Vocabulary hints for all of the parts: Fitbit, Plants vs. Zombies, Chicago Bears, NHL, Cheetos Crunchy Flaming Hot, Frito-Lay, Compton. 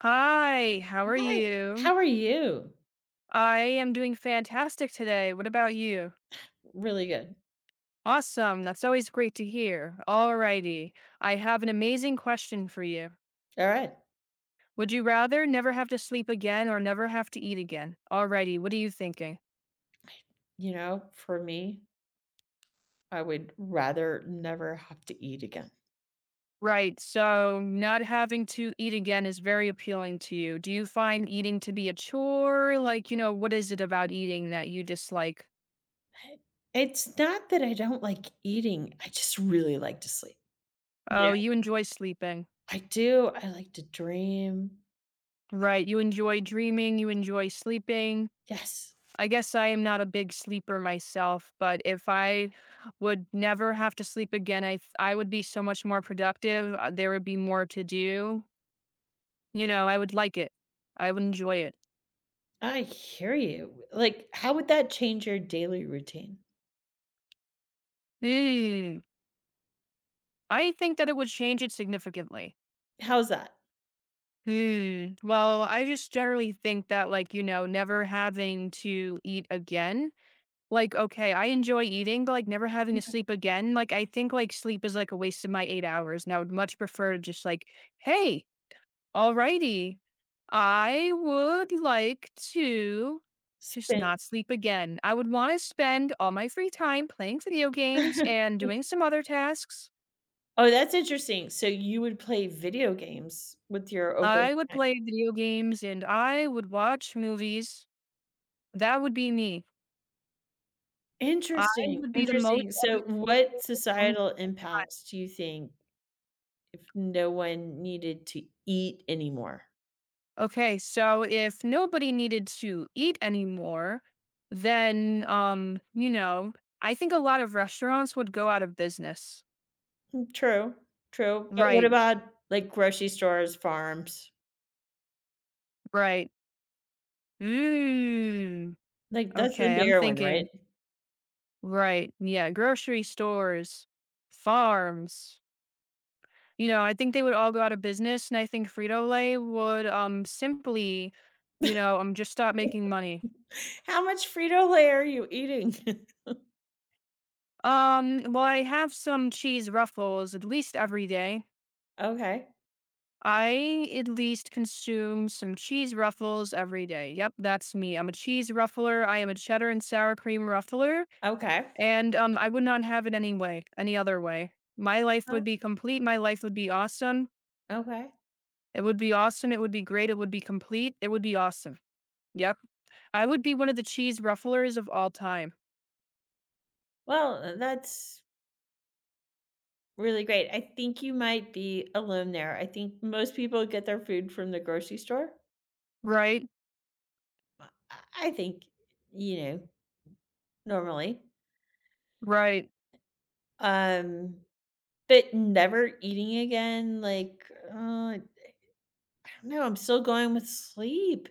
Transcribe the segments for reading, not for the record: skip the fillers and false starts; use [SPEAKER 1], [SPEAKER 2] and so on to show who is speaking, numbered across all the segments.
[SPEAKER 1] Hi, how are
[SPEAKER 2] Hi,
[SPEAKER 1] you?
[SPEAKER 2] how are you?
[SPEAKER 1] I am doing fantastic today. What about you?
[SPEAKER 2] Really good.
[SPEAKER 1] Awesome. That's always great to hear. Alrighty. I have an amazing question for you.
[SPEAKER 2] All right.
[SPEAKER 1] Would you rather never have to sleep again or never have to eat again? Alrighty. What are you thinking?
[SPEAKER 2] You know, for me, I would rather never have to eat again.
[SPEAKER 1] Right. So, not having to eat again is very appealing to you. Do you find eating to be a chore? Like, you know, what is it about eating that you dislike?
[SPEAKER 2] I It's not that I don't like eating, I just really like to sleep. Yeah.
[SPEAKER 1] Oh, you enjoy sleeping.
[SPEAKER 2] I do. I like to dream.
[SPEAKER 1] Right. You enjoy dreaming. You enjoy sleeping.
[SPEAKER 2] Yes,
[SPEAKER 1] I guess I am not a big sleeper myself, but if I would never have to sleep again, I would be so much more productive. There would be more to do. You know, I would like it. I would enjoy it.
[SPEAKER 2] I hear you. Like, how would that change your daily routine?
[SPEAKER 1] Hmm. I think that it would change it significantly.
[SPEAKER 2] How's that?
[SPEAKER 1] Hmm. Well, I just generally think that, like, you know, never having to eat again. Like, okay, I enjoy eating, but like never having to
[SPEAKER 2] Okay.
[SPEAKER 1] sleep again. Like, I think like sleep is like a waste of my 8 hours. And I would much prefer to just, like, hey. Alrighty. I would like to just
[SPEAKER 2] Spin.
[SPEAKER 1] not sleep again. I would want to spend all my free time playing video games and doing some other tasks.
[SPEAKER 2] Oh, that's interesting. So you would play video games with your
[SPEAKER 1] I would
[SPEAKER 2] overnight.
[SPEAKER 1] play video games and I would watch movies. That would be me. I
[SPEAKER 2] Interesting,
[SPEAKER 1] would be the most
[SPEAKER 2] interesting. So
[SPEAKER 1] epic video
[SPEAKER 2] what
[SPEAKER 1] gamer known
[SPEAKER 2] societal
[SPEAKER 1] to.
[SPEAKER 2] impacts do you think if no one needed to eat anymore?
[SPEAKER 1] Okay, so if nobody needed to eat anymore, then you know, I think a lot of restaurants would go out of business.
[SPEAKER 2] True, true, but what
[SPEAKER 1] Right,
[SPEAKER 2] about, like, grocery stores, farms?
[SPEAKER 1] right. Mm.
[SPEAKER 2] Like, that's the
[SPEAKER 1] Okay, I'm
[SPEAKER 2] bigger one, right?
[SPEAKER 1] thinking, right, yeah, grocery stores, farms. You know, I think they would all go out of business, and I think Frito-Lay would, simply, you know, just stop making money.
[SPEAKER 2] How much Frito-Lay are you eating?
[SPEAKER 1] Well, I have some cheese ruffles at least every day.
[SPEAKER 2] Okay,
[SPEAKER 1] I at least consume some cheese ruffles every day. Yep, that's me. I'm a cheese ruffler. I am a cheddar and sour cream ruffler.
[SPEAKER 2] okay.
[SPEAKER 1] And, I would not have it any way any other way. My life would
[SPEAKER 2] Oh,
[SPEAKER 1] be complete, my life would be awesome.
[SPEAKER 2] okay.
[SPEAKER 1] It would be awesome, it would be great, it would be complete, it would be awesome. Yep. I would be one of the cheese rufflers of all time.
[SPEAKER 2] Well, that's really great. I think you might be alone there. I think most people get their food from the grocery store.
[SPEAKER 1] Right,
[SPEAKER 2] I I think, you know, normally.
[SPEAKER 1] right.
[SPEAKER 2] Um, but never eating again, like, I don't know, I'm still going with sleep.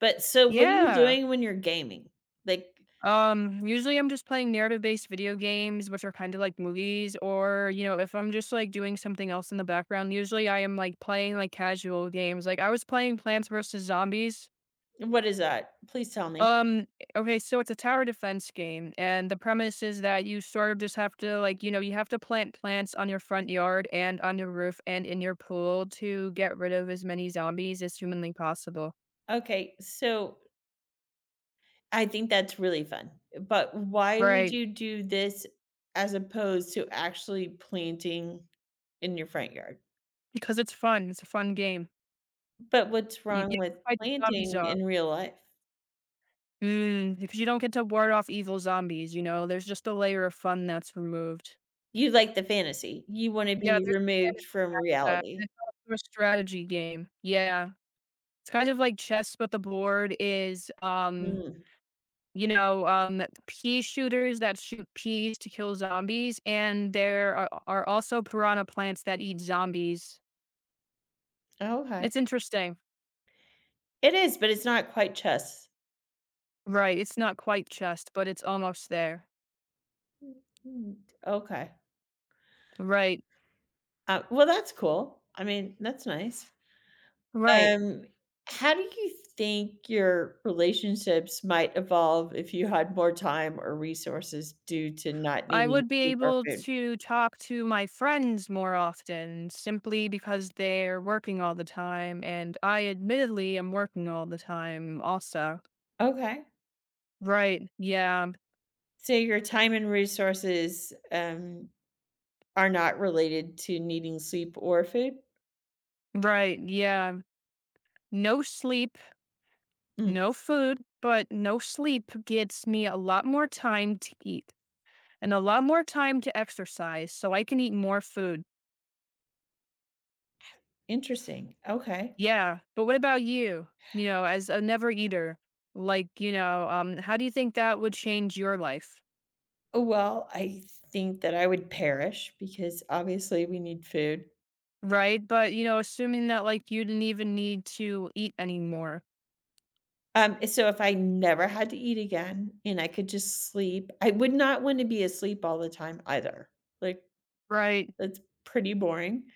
[SPEAKER 2] But so what are you
[SPEAKER 1] Yeah.
[SPEAKER 2] doing when you're gaming? Like,
[SPEAKER 1] Usually I'm just playing narrative-based video games, which are kinda like movies, or, you know, if I'm just, like, doing something else in the background, usually I am, like, playing, like, casual games, like, I was playing Plants vs. Zombies.
[SPEAKER 2] what is that? Please tell me.
[SPEAKER 1] Um, okay, so it's a tower defense game, and the premise is that you sort of just have to, like, you know, you have to plant plants on your front yard and on your roof and in your pool to get rid of as many zombies as humanly possible.
[SPEAKER 2] Okay, so I think that's really fun, but why would
[SPEAKER 1] Right.
[SPEAKER 2] you do this as opposed to actually planting in your front yard?
[SPEAKER 1] Because it's fun. It's a fun game.
[SPEAKER 2] But what's
[SPEAKER 1] You,
[SPEAKER 2] wrong
[SPEAKER 1] you have
[SPEAKER 2] with
[SPEAKER 1] to fight the zombies
[SPEAKER 2] planting
[SPEAKER 1] off.
[SPEAKER 2] in real life?
[SPEAKER 1] Mm, because you don't get to ward off evil zombies, you know, there's just a layer of fun that's removed.
[SPEAKER 2] You like the fantasy. You wanna
[SPEAKER 1] Yeah,
[SPEAKER 2] be
[SPEAKER 1] there's a
[SPEAKER 2] removed from
[SPEAKER 1] fantasy aspect.
[SPEAKER 2] reality.
[SPEAKER 1] And it's also a strategy game. Yeah. It's kind of like chess, but the board is
[SPEAKER 2] Mm,
[SPEAKER 1] you know, pea shooters that shoot peas to kill zombies, and there are also piranha plants that eat zombies.
[SPEAKER 2] okay.
[SPEAKER 1] It's interesting.
[SPEAKER 2] It is, but it's not quite chess.
[SPEAKER 1] Right. It's not quite chest, but it's almost there.
[SPEAKER 2] Mm, okay.
[SPEAKER 1] Right.
[SPEAKER 2] Well, that's cool. I mean, that's nice.
[SPEAKER 1] Right.
[SPEAKER 2] Um, how do you think your relationships might evolve if you had more time or resources due to not
[SPEAKER 1] I
[SPEAKER 2] needing
[SPEAKER 1] would be
[SPEAKER 2] sleep or
[SPEAKER 1] able
[SPEAKER 2] food?
[SPEAKER 1] to talk to my friends more often simply because they're working all the time. And I admittedly am working all the time also.
[SPEAKER 2] Okay.
[SPEAKER 1] Right. Yeah.
[SPEAKER 2] So your time and resources are not related to needing sleep or food?
[SPEAKER 1] Right. Yeah. No sleep.
[SPEAKER 2] Mm,
[SPEAKER 1] No food, but no sleep gets me a lot more time to eat and a lot more time to exercise, so I can eat more food.
[SPEAKER 2] interesting. Okay.
[SPEAKER 1] Yeah, but what about you? You know, as a never eater, like, you know, how do you think that would change your life?
[SPEAKER 2] Oh, well, I think that I would perish because obviously we need food.
[SPEAKER 1] Right? But, you know, assuming that, like, you didn't even need to eat anymore.
[SPEAKER 2] So if I never had to eat again and I could just sleep, I would not want to be asleep all the time either. Like,
[SPEAKER 1] Right.
[SPEAKER 2] that's pretty boring,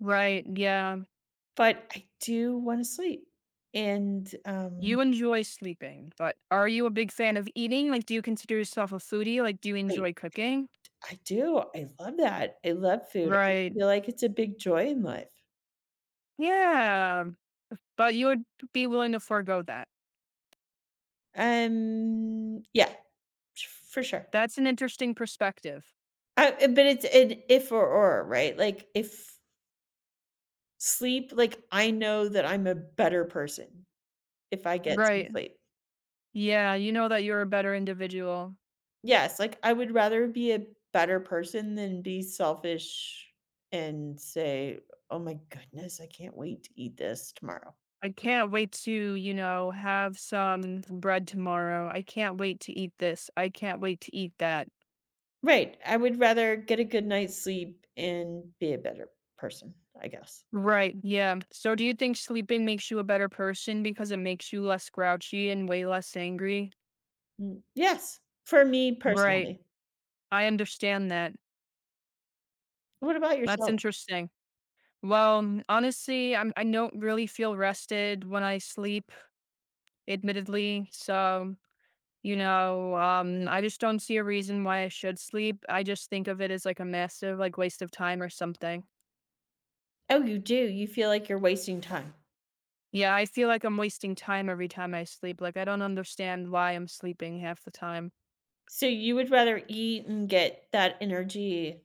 [SPEAKER 1] Right. Yeah.
[SPEAKER 2] but I do wanna sleep, and,
[SPEAKER 1] You enjoy sleeping, but are you a big fan of eating? Like, do you consider yourself a foodie? Like, do you
[SPEAKER 2] I
[SPEAKER 1] enjoy cooking?
[SPEAKER 2] I do, I love that. I love food. I
[SPEAKER 1] Right.
[SPEAKER 2] feel like it's a big joy in life.
[SPEAKER 1] Yeah. But you would be willing to forego that.
[SPEAKER 2] Yeah, for sure.
[SPEAKER 1] That's an interesting perspective.
[SPEAKER 2] But it's an if or or, right? Like, if sleep like, I know that I'm a better person if I get some
[SPEAKER 1] Right.
[SPEAKER 2] sleep.
[SPEAKER 1] Yeah, you know that you're a better individual.
[SPEAKER 2] Yes, like, I would rather be a better person than be selfish and say, "Oh my goodness, I can't wait to eat this tomorrow."
[SPEAKER 1] I can't wait to, you know, have some bread tomorrow. I can't wait to eat this. I can't wait to eat that.
[SPEAKER 2] Right, I would rather get a good night's sleep and be a better person, I guess.
[SPEAKER 1] Right. Yeah. So do you think sleeping makes you a better person because it makes you less grouchy and way less angry?
[SPEAKER 2] Mm, yes, for me
[SPEAKER 1] Right.
[SPEAKER 2] personally.
[SPEAKER 1] I understand that.
[SPEAKER 2] What about
[SPEAKER 1] That's
[SPEAKER 2] yourself?
[SPEAKER 1] interesting. Well, honestly, I don't really feel rested when I sleep, admittedly. So you know, I just don't see a reason why I should sleep. I just think of it as like a massive, like, waste of time or something.
[SPEAKER 2] Oh, you do, you feel like you're wasting time.
[SPEAKER 1] Yeah, I feel like I'm wasting time every time I sleep. Like, I don't understand why I'm sleeping half the time.
[SPEAKER 2] So you would rather eat and get that energy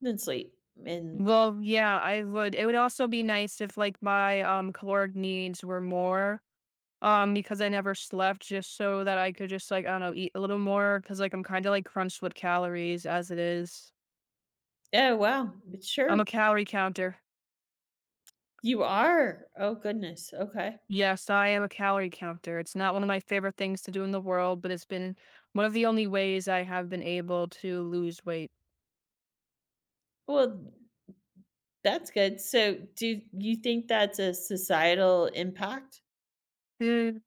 [SPEAKER 2] than sleep, and
[SPEAKER 1] Well, yeah, I would. It would also be nice if, like, my caloric needs were more because I never slept just so that I could just, like, I don't know, eat a little more cuz like I'm kind of like crunched with calories as it is.
[SPEAKER 2] oh, wow, sure,
[SPEAKER 1] I'm a calorie counter.
[SPEAKER 2] you are. Oh, goodness, okay.
[SPEAKER 1] Yes, I am a calorie counter. It's not one of my favorite things to do in the world, but it's been one of the only ways I have been able to lose weight.
[SPEAKER 2] Well, that's good. So, do you think that's a societal impact?
[SPEAKER 1] Mm.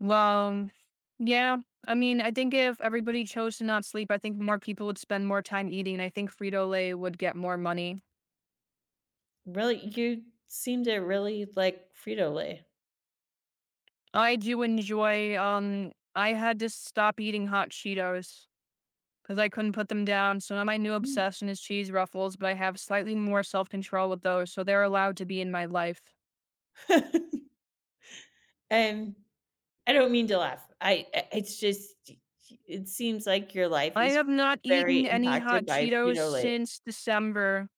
[SPEAKER 1] Well, yeah. I mean, I think if everybody chose to not sleep, I think more people would spend more time eating. I think Frito Lay would get more money.
[SPEAKER 2] Really, you seem to really like Frito Lay.
[SPEAKER 1] I do enjoy. I had to stop eating hot Cheetos because I couldn't put them down. So now my new
[SPEAKER 2] Mm.
[SPEAKER 1] obsession is cheese ruffles, but I have slightly more self control with those, so they're allowed to be in my life.
[SPEAKER 2] And I don't mean to laugh. I it's just it seems like your life
[SPEAKER 1] I
[SPEAKER 2] is
[SPEAKER 1] have not eaten
[SPEAKER 2] very
[SPEAKER 1] any
[SPEAKER 2] impacted
[SPEAKER 1] hot
[SPEAKER 2] by
[SPEAKER 1] Cheetos
[SPEAKER 2] Frito Lay.
[SPEAKER 1] since December.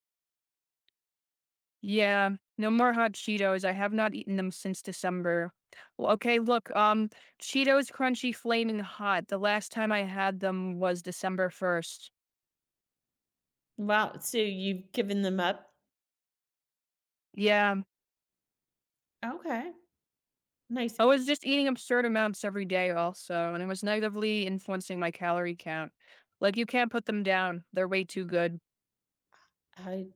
[SPEAKER 1] Yeah, no more hot Cheetos. I have not eaten them since December. Well, okay, look, Cheetos Crunchy Flaming Hot. The last time I had them was December 1st.
[SPEAKER 2] Wow, so you've given them up?
[SPEAKER 1] Yeah,
[SPEAKER 2] Okay, nice.
[SPEAKER 1] I was just eating absurd amounts every day, also, and it was negatively influencing my calorie count. Like, you can't put them down, they're way too good.
[SPEAKER 2] I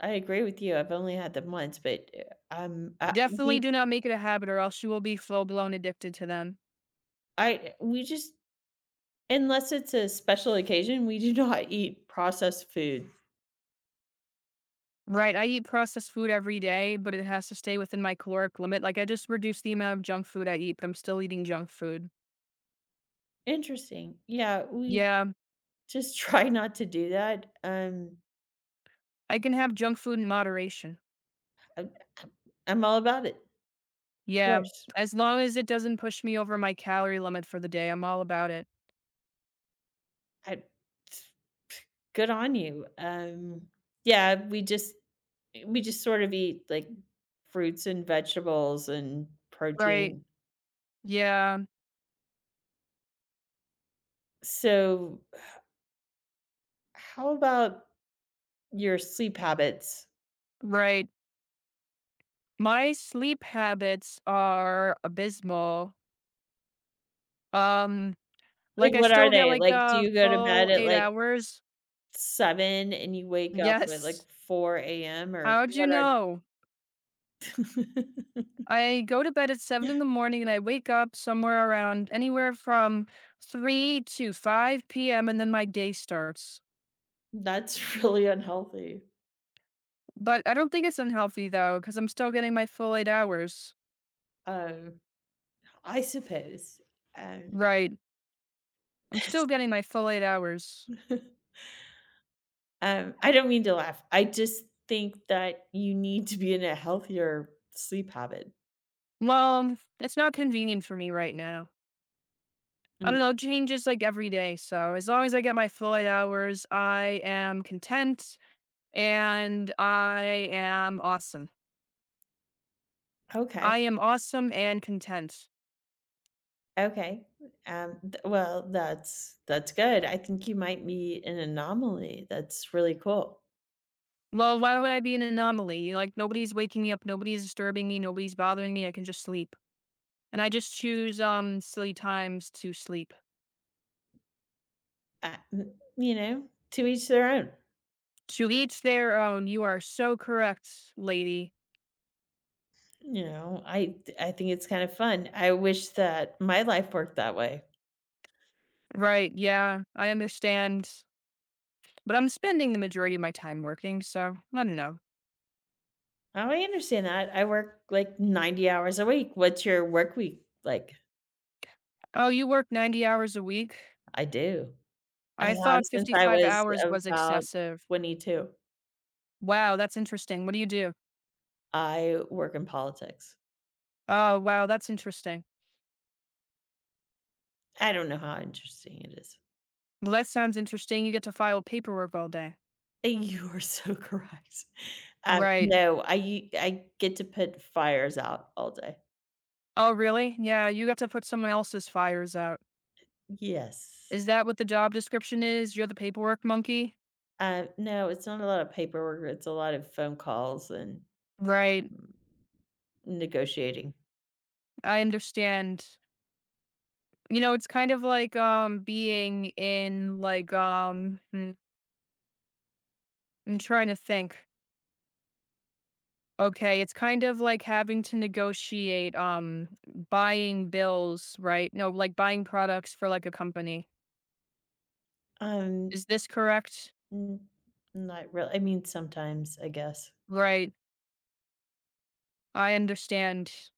[SPEAKER 2] I agree with you. I've only had them once, but, uh, um, uh,
[SPEAKER 1] Definitely
[SPEAKER 2] we
[SPEAKER 1] do not make it a habit, or else you will be full blown addicted to them.
[SPEAKER 2] I we just Unless it's a special occasion, we do not eat processed food.
[SPEAKER 1] Right, I eat processed food every day, but it has to stay within my caloric limit, like, I just reduced the amount of junk food I eat, but I'm still eating junk food.
[SPEAKER 2] Interesting. Yeah, we
[SPEAKER 1] Yeah,
[SPEAKER 2] just try not to do that.
[SPEAKER 1] I can have junk food in moderation.
[SPEAKER 2] I'm I'm all about it. Of
[SPEAKER 1] Yeah,
[SPEAKER 2] course.
[SPEAKER 1] as long as it doesn't push me over my calorie limit for the day, I'm all about it.
[SPEAKER 2] I Good on you. Yeah, we just sort of eat, like, fruits and vegetables and
[SPEAKER 1] Right.
[SPEAKER 2] protein.
[SPEAKER 1] Yeah,
[SPEAKER 2] So, how about your sleep habits?
[SPEAKER 1] right. My sleep habits are abysmal. Um,
[SPEAKER 2] Like,
[SPEAKER 1] like, I
[SPEAKER 2] what are
[SPEAKER 1] still get,
[SPEAKER 2] they?
[SPEAKER 1] like,
[SPEAKER 2] Like, do
[SPEAKER 1] a
[SPEAKER 2] you go to bed
[SPEAKER 1] full
[SPEAKER 2] at,
[SPEAKER 1] 8
[SPEAKER 2] like,
[SPEAKER 1] hours.
[SPEAKER 2] 7 and you wake up at, like,
[SPEAKER 1] Yes.
[SPEAKER 2] 4 AM, or
[SPEAKER 1] How'd you
[SPEAKER 2] what are
[SPEAKER 1] know? I go to bed at 7 in the morning and I wake up somewhere around anywhere from three to five p.m. and then my day starts.
[SPEAKER 2] That's really unhealthy,
[SPEAKER 1] But I don't think it's unhealthy though, because I'm still getting my full 8 hours.
[SPEAKER 2] um, I suppose, um,
[SPEAKER 1] Right. I'm still getting my full 8 hours.
[SPEAKER 2] I don't mean to laugh, I just think that you need to be in a healthier sleep habit.
[SPEAKER 1] Well, it's not convenient for me right now. I
[SPEAKER 2] Mm,
[SPEAKER 1] don't know, it changes like every day. So as long as I get my full 8 hours, I am content and I am awesome.
[SPEAKER 2] okay,
[SPEAKER 1] I am awesome and content.
[SPEAKER 2] okay, th well, that's good, I think you might be an anomaly, that's really cool,
[SPEAKER 1] Well, why would I be an anomaly? Like, nobody's waking me up, nobody's disturbing me, nobody's bothering me, I can just sleep. And I just choose, silly times to sleep.
[SPEAKER 2] m you know, to each their own.
[SPEAKER 1] To each their own, you are so correct, lady.
[SPEAKER 2] You know, I think it's kind of fun. I wish that my life worked that way.
[SPEAKER 1] Right, yeah, I understand. But I'm spending the majority of my time working, so I don't know.
[SPEAKER 2] Oh, I understand that. I work like 90 hours a week. What's your work week like?
[SPEAKER 1] Oh, you work 90 hours a week?
[SPEAKER 2] I do. I
[SPEAKER 1] I
[SPEAKER 2] have
[SPEAKER 1] thought
[SPEAKER 2] since I
[SPEAKER 1] 55
[SPEAKER 2] was
[SPEAKER 1] hours was
[SPEAKER 2] about
[SPEAKER 1] excessive.
[SPEAKER 2] 22.
[SPEAKER 1] Wow, that's interesting. What do you do?
[SPEAKER 2] I work in politics.
[SPEAKER 1] Oh, wow, that's interesting.
[SPEAKER 2] I don't know how interesting it is.
[SPEAKER 1] Well, that sounds interesting. You get to file paperwork all day.
[SPEAKER 2] You are so correct.
[SPEAKER 1] Right.
[SPEAKER 2] No, I I get to put fires out all day.
[SPEAKER 1] Oh, really? Yeah, you got to put someone else's fires out.
[SPEAKER 2] Yes.
[SPEAKER 1] Is that what the job description is? You're the paperwork monkey?
[SPEAKER 2] No, it's not a lot of paperwork. It's a lot of phone calls and
[SPEAKER 1] Right.
[SPEAKER 2] negotiating.
[SPEAKER 1] I understand. You know, it's kind of like being in like hmm, I'm trying to think. Okay, it's kind of like having to negotiate buying bills, right? No, like buying products for like a company.
[SPEAKER 2] Um,
[SPEAKER 1] Is this correct?
[SPEAKER 2] n Not really. I mean, sometimes, I guess.
[SPEAKER 1] Right. I understand.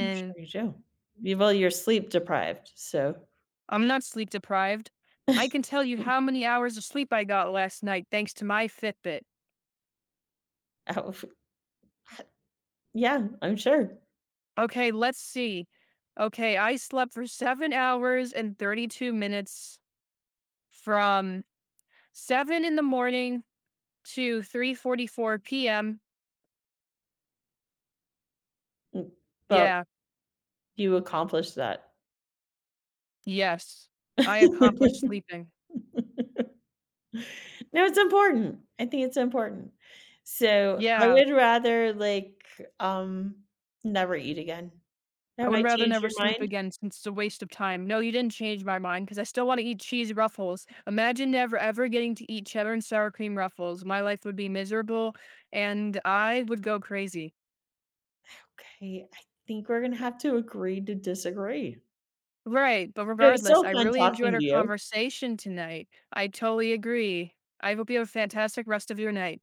[SPEAKER 2] I'm sure you do. You Well, you're sleep deprived, so
[SPEAKER 1] I'm not sleep deprived. I can tell you how many hours of sleep I got last night thanks to my Fitbit.
[SPEAKER 2] Oh, yeah, I'm sure.
[SPEAKER 1] Okay, let's see. Okay, I slept for 7 hours and 32 minutes from 7 in the morning to 3:44 p.m.
[SPEAKER 2] Mm, but
[SPEAKER 1] Yeah,
[SPEAKER 2] you accomplished that.
[SPEAKER 1] yes, I accomplished sleeping.
[SPEAKER 2] No, it's important. I think it's important. So, I
[SPEAKER 1] Yeah.
[SPEAKER 2] would rather, like, um, never eat again.
[SPEAKER 1] I
[SPEAKER 2] Have
[SPEAKER 1] would
[SPEAKER 2] I
[SPEAKER 1] rather
[SPEAKER 2] changed
[SPEAKER 1] never
[SPEAKER 2] your
[SPEAKER 1] sleep
[SPEAKER 2] mind?
[SPEAKER 1] again since it's a waste of time. No, you didn't change my mind because I still want to eat cheese ruffles. Imagine never ever getting to eat cheddar and sour cream ruffles. My life would be miserable and I would go crazy.
[SPEAKER 2] Okay, I think we're gonna have to agree to disagree.
[SPEAKER 1] Right. But
[SPEAKER 2] It was
[SPEAKER 1] regardless,
[SPEAKER 2] so
[SPEAKER 1] I
[SPEAKER 2] fun
[SPEAKER 1] really enjoyed
[SPEAKER 2] talking to
[SPEAKER 1] our
[SPEAKER 2] you.
[SPEAKER 1] conversation tonight. I totally agree. I hope you have a fantastic rest of your night.